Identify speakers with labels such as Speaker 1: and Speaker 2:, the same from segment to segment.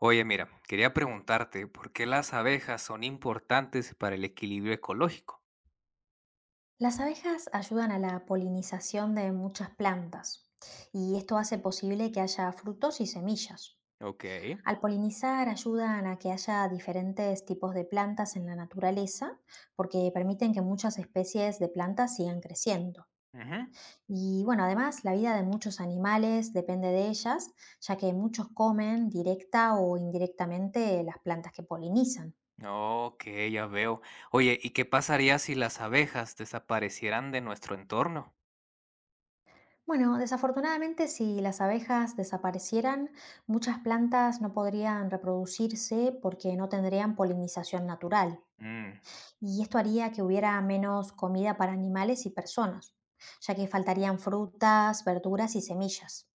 Speaker 1: Oye, mira, quería preguntarte por qué las abejas son importantes para el equilibrio ecológico.
Speaker 2: Las abejas ayudan a la polinización de muchas plantas y esto hace posible que haya frutos y semillas.
Speaker 1: Ok.
Speaker 2: Al polinizar ayudan a que haya diferentes tipos de plantas en la naturaleza porque permiten que muchas especies de plantas sigan creciendo.
Speaker 1: Ujú.
Speaker 2: Y bueno, además la vida de muchos animales depende de ellas, ya que muchos comen directa o indirectamente las plantas que polinizan.
Speaker 1: Ok, ya veo. Oye, ¿y qué pasaría si las abejas desaparecieran de nuestro entorno?
Speaker 2: Bueno, desafortunadamente, si las abejas desaparecieran, muchas plantas no podrían reproducirse porque no tendrían polinización natural,
Speaker 1: Mm.
Speaker 2: y esto haría que hubiera menos comida para animales y personas, ya que faltarían frutas, verduras y semillas.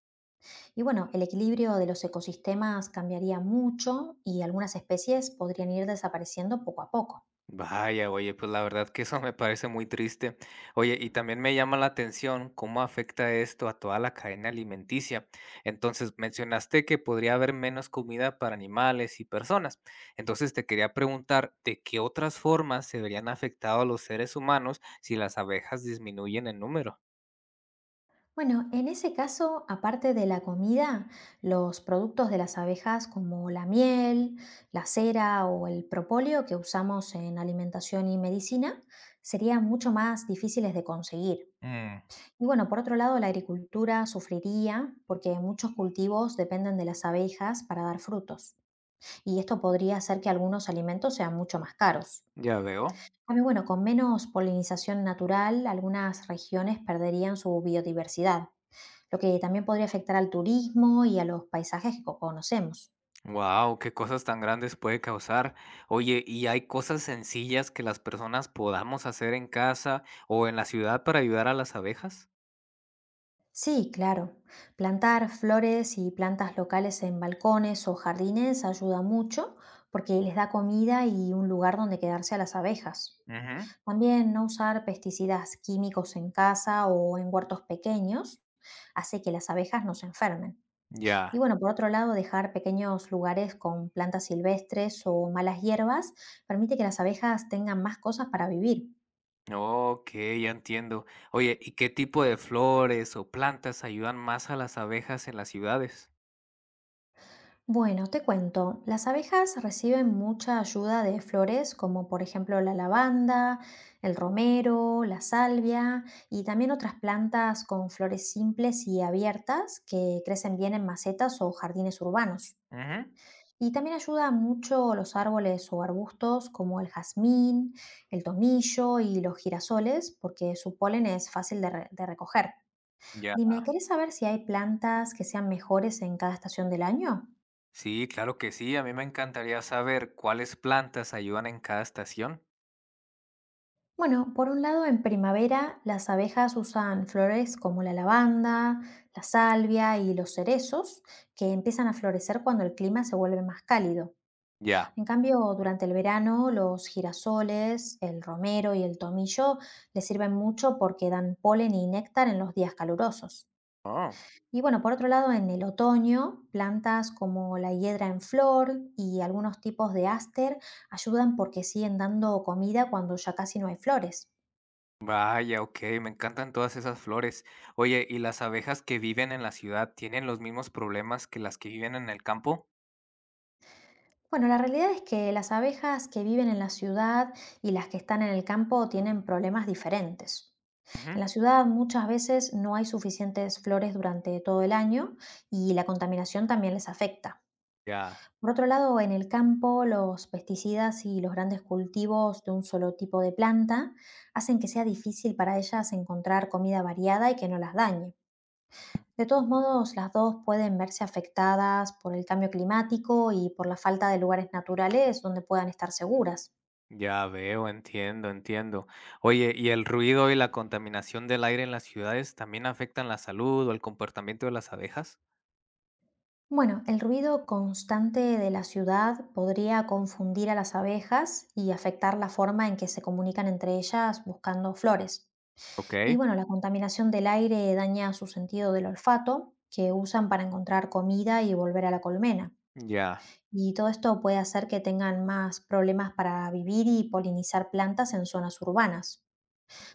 Speaker 2: Y bueno, el equilibrio de los ecosistemas cambiaría mucho y algunas especies podrían ir desapareciendo poco a poco.
Speaker 1: Vaya, oye, pues la verdad que eso me parece muy triste. Oye, y también me llama la atención cómo afecta esto a toda la cadena alimenticia. Entonces, mencionaste que podría haber menos comida para animales y personas. Entonces, te quería preguntar, ¿de qué otras formas se verían afectados los seres humanos si las abejas disminuyen en número?
Speaker 2: Bueno, en ese caso, aparte de la comida, los productos de las abejas como la miel, la cera o el propóleo que usamos en alimentación y medicina serían mucho más difíciles de conseguir.
Speaker 1: Mm,
Speaker 2: Y bueno, por otro lado, la agricultura sufriría porque muchos cultivos dependen de las abejas para dar frutos. Y esto podría hacer que algunos alimentos sean mucho más caros.
Speaker 1: ya veo.
Speaker 2: También, bueno, con menos polinización natural, algunas regiones perderían su biodiversidad, lo que también podría afectar al turismo y a los paisajes que conocemos.
Speaker 1: Wow, qué cosas tan grandes puede causar. Oye, ¿y hay cosas sencillas que las personas podamos hacer en casa o en la ciudad para ayudar a las abejas?
Speaker 2: Sí, claro. Plantar flores y plantas locales en balcones o jardines ayuda mucho porque les da comida y un lugar donde quedarse a las abejas.
Speaker 1: Ujú.
Speaker 2: También no usar pesticidas químicos en casa o en huertos pequeños hace que las abejas no se enfermen. Y
Speaker 1: Ya,
Speaker 2: bueno, por otro lado, dejar pequeños lugares con plantas silvestres o malas hierbas permite que las abejas tengan más cosas para vivir.
Speaker 1: ok, ya entiendo. Oye, ¿y qué tipo de flores o plantas ayudan más a las abejas en las ciudades?
Speaker 2: Bueno, te cuento, las abejas reciben mucha ayuda de flores como por ejemplo la lavanda, el romero, la salvia y también otras plantas con flores simples y abiertas que crecen bien en macetas o jardines urbanos.
Speaker 1: Ujú.
Speaker 2: Y también ayuda mucho los árboles o arbustos como el jazmín, el tomillo y los girasoles porque su polen es fácil de, de recoger.
Speaker 1: Ya.
Speaker 2: Dime, ¿querés saber si hay plantas que sean mejores en cada estación del año?
Speaker 1: Sí, claro que sí. A mí me encantaría saber cuáles plantas ayudan en cada estación.
Speaker 2: Bueno, por un lado, en primavera las abejas usan flores como la lavanda, la salvia y los cerezos, que empiezan a florecer cuando el clima se vuelve más cálido.
Speaker 1: Ya.
Speaker 2: En cambio, durante el verano, los girasoles, el romero y el tomillo les sirven mucho porque dan polen y néctar en los días calurosos.
Speaker 1: Oh.
Speaker 2: Y bueno, por otro lado, en el otoño, plantas como la hiedra en flor y algunos tipos de áster ayudan porque siguen dando comida cuando ya casi no hay flores.
Speaker 1: Vaya, ok, me encantan todas esas flores. Oye, ¿y las abejas que viven en la ciudad tienen los mismos problemas que las que viven en el campo?
Speaker 2: Bueno, la realidad es que las abejas que viven en la ciudad y las que están en el campo tienen problemas diferentes.
Speaker 1: Ujú.
Speaker 2: En la ciudad muchas veces no hay suficientes flores durante todo el año y la contaminación también les afecta.
Speaker 1: Ya,
Speaker 2: Por otro lado, en el campo los pesticidas y los grandes cultivos de un solo tipo de planta hacen que sea difícil para ellas encontrar comida variada y que no las dañe. De todos modos, las dos pueden verse afectadas por el cambio climático y por la falta de lugares naturales donde puedan estar seguras.
Speaker 1: ya veo, entiendo, entiendo. Oye, ¿y el ruido y la contaminación del aire en las ciudades también afectan la salud o el comportamiento de las abejas?
Speaker 2: Bueno, el ruido constante de la ciudad podría confundir a las abejas y afectar la forma en que se comunican entre ellas buscando flores.
Speaker 1: Ok,
Speaker 2: Y bueno, la contaminación del aire daña su sentido del olfato, que usan para encontrar comida y volver a la colmena.
Speaker 1: ya.
Speaker 2: Y todo esto puede hacer que tengan más problemas para vivir y polinizar plantas en zonas urbanas.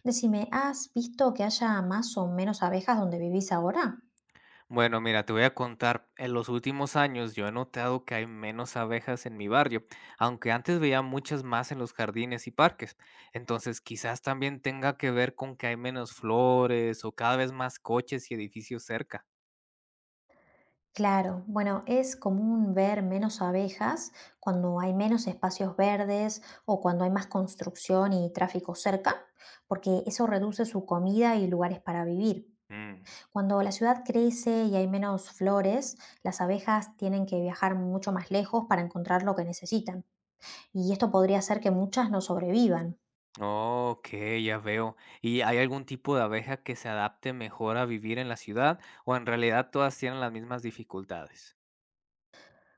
Speaker 2: Decime, ¿has visto que haya más o menos abejas donde vivís ahora?
Speaker 1: Bueno, mira, te voy a contar, en los últimos años yo he notado que hay menos abejas en mi barrio, aunque antes veía muchas más en los jardines y parques. Entonces, quizás también tenga que ver con que hay menos flores o cada vez más coches y edificios cerca.
Speaker 2: Claro, bueno, es común ver menos abejas cuando hay menos espacios verdes o cuando hay más construcción y tráfico cerca, porque eso reduce su comida y lugares para vivir.
Speaker 1: Mm,
Speaker 2: Cuando la ciudad crece y hay menos flores, las abejas tienen que viajar mucho más lejos para encontrar lo que necesitan, y esto podría hacer que muchas no sobrevivan.
Speaker 1: ok, ya veo. ¿Y hay algún tipo de abeja que se adapte mejor a vivir en la ciudad o en realidad todas tienen las mismas dificultades?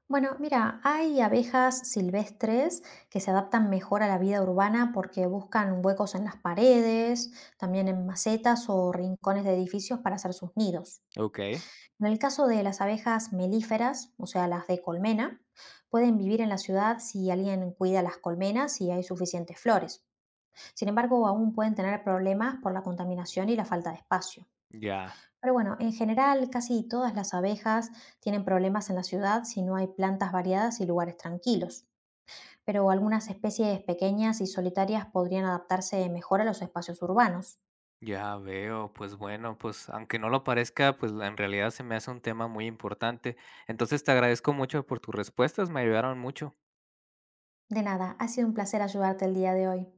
Speaker 2: Bueno, mira, hay abejas silvestres que se adaptan mejor a la vida urbana porque buscan huecos en las paredes, también en macetas o rincones de edificios para hacer sus nidos.
Speaker 1: Ok,
Speaker 2: En el caso de las abejas melíferas, o sea, las de colmena, pueden vivir en la ciudad si alguien cuida las colmenas y hay suficientes flores. Sin embargo, aún pueden tener problemas por la contaminación y la falta de espacio.
Speaker 1: ya.
Speaker 2: Pero bueno, en general casi todas las abejas tienen problemas en la ciudad si no hay plantas variadas y lugares tranquilos, pero algunas especies pequeñas y solitarias podrían adaptarse mejor a los espacios urbanos.
Speaker 1: Ya veo, pues bueno, pues aunque no lo parezca, pues en realidad se me hace un tema muy importante. Entonces te agradezco mucho por tus respuestas, me ayudaron mucho.
Speaker 2: De nada, ha sido un placer ayudarte el día de hoy.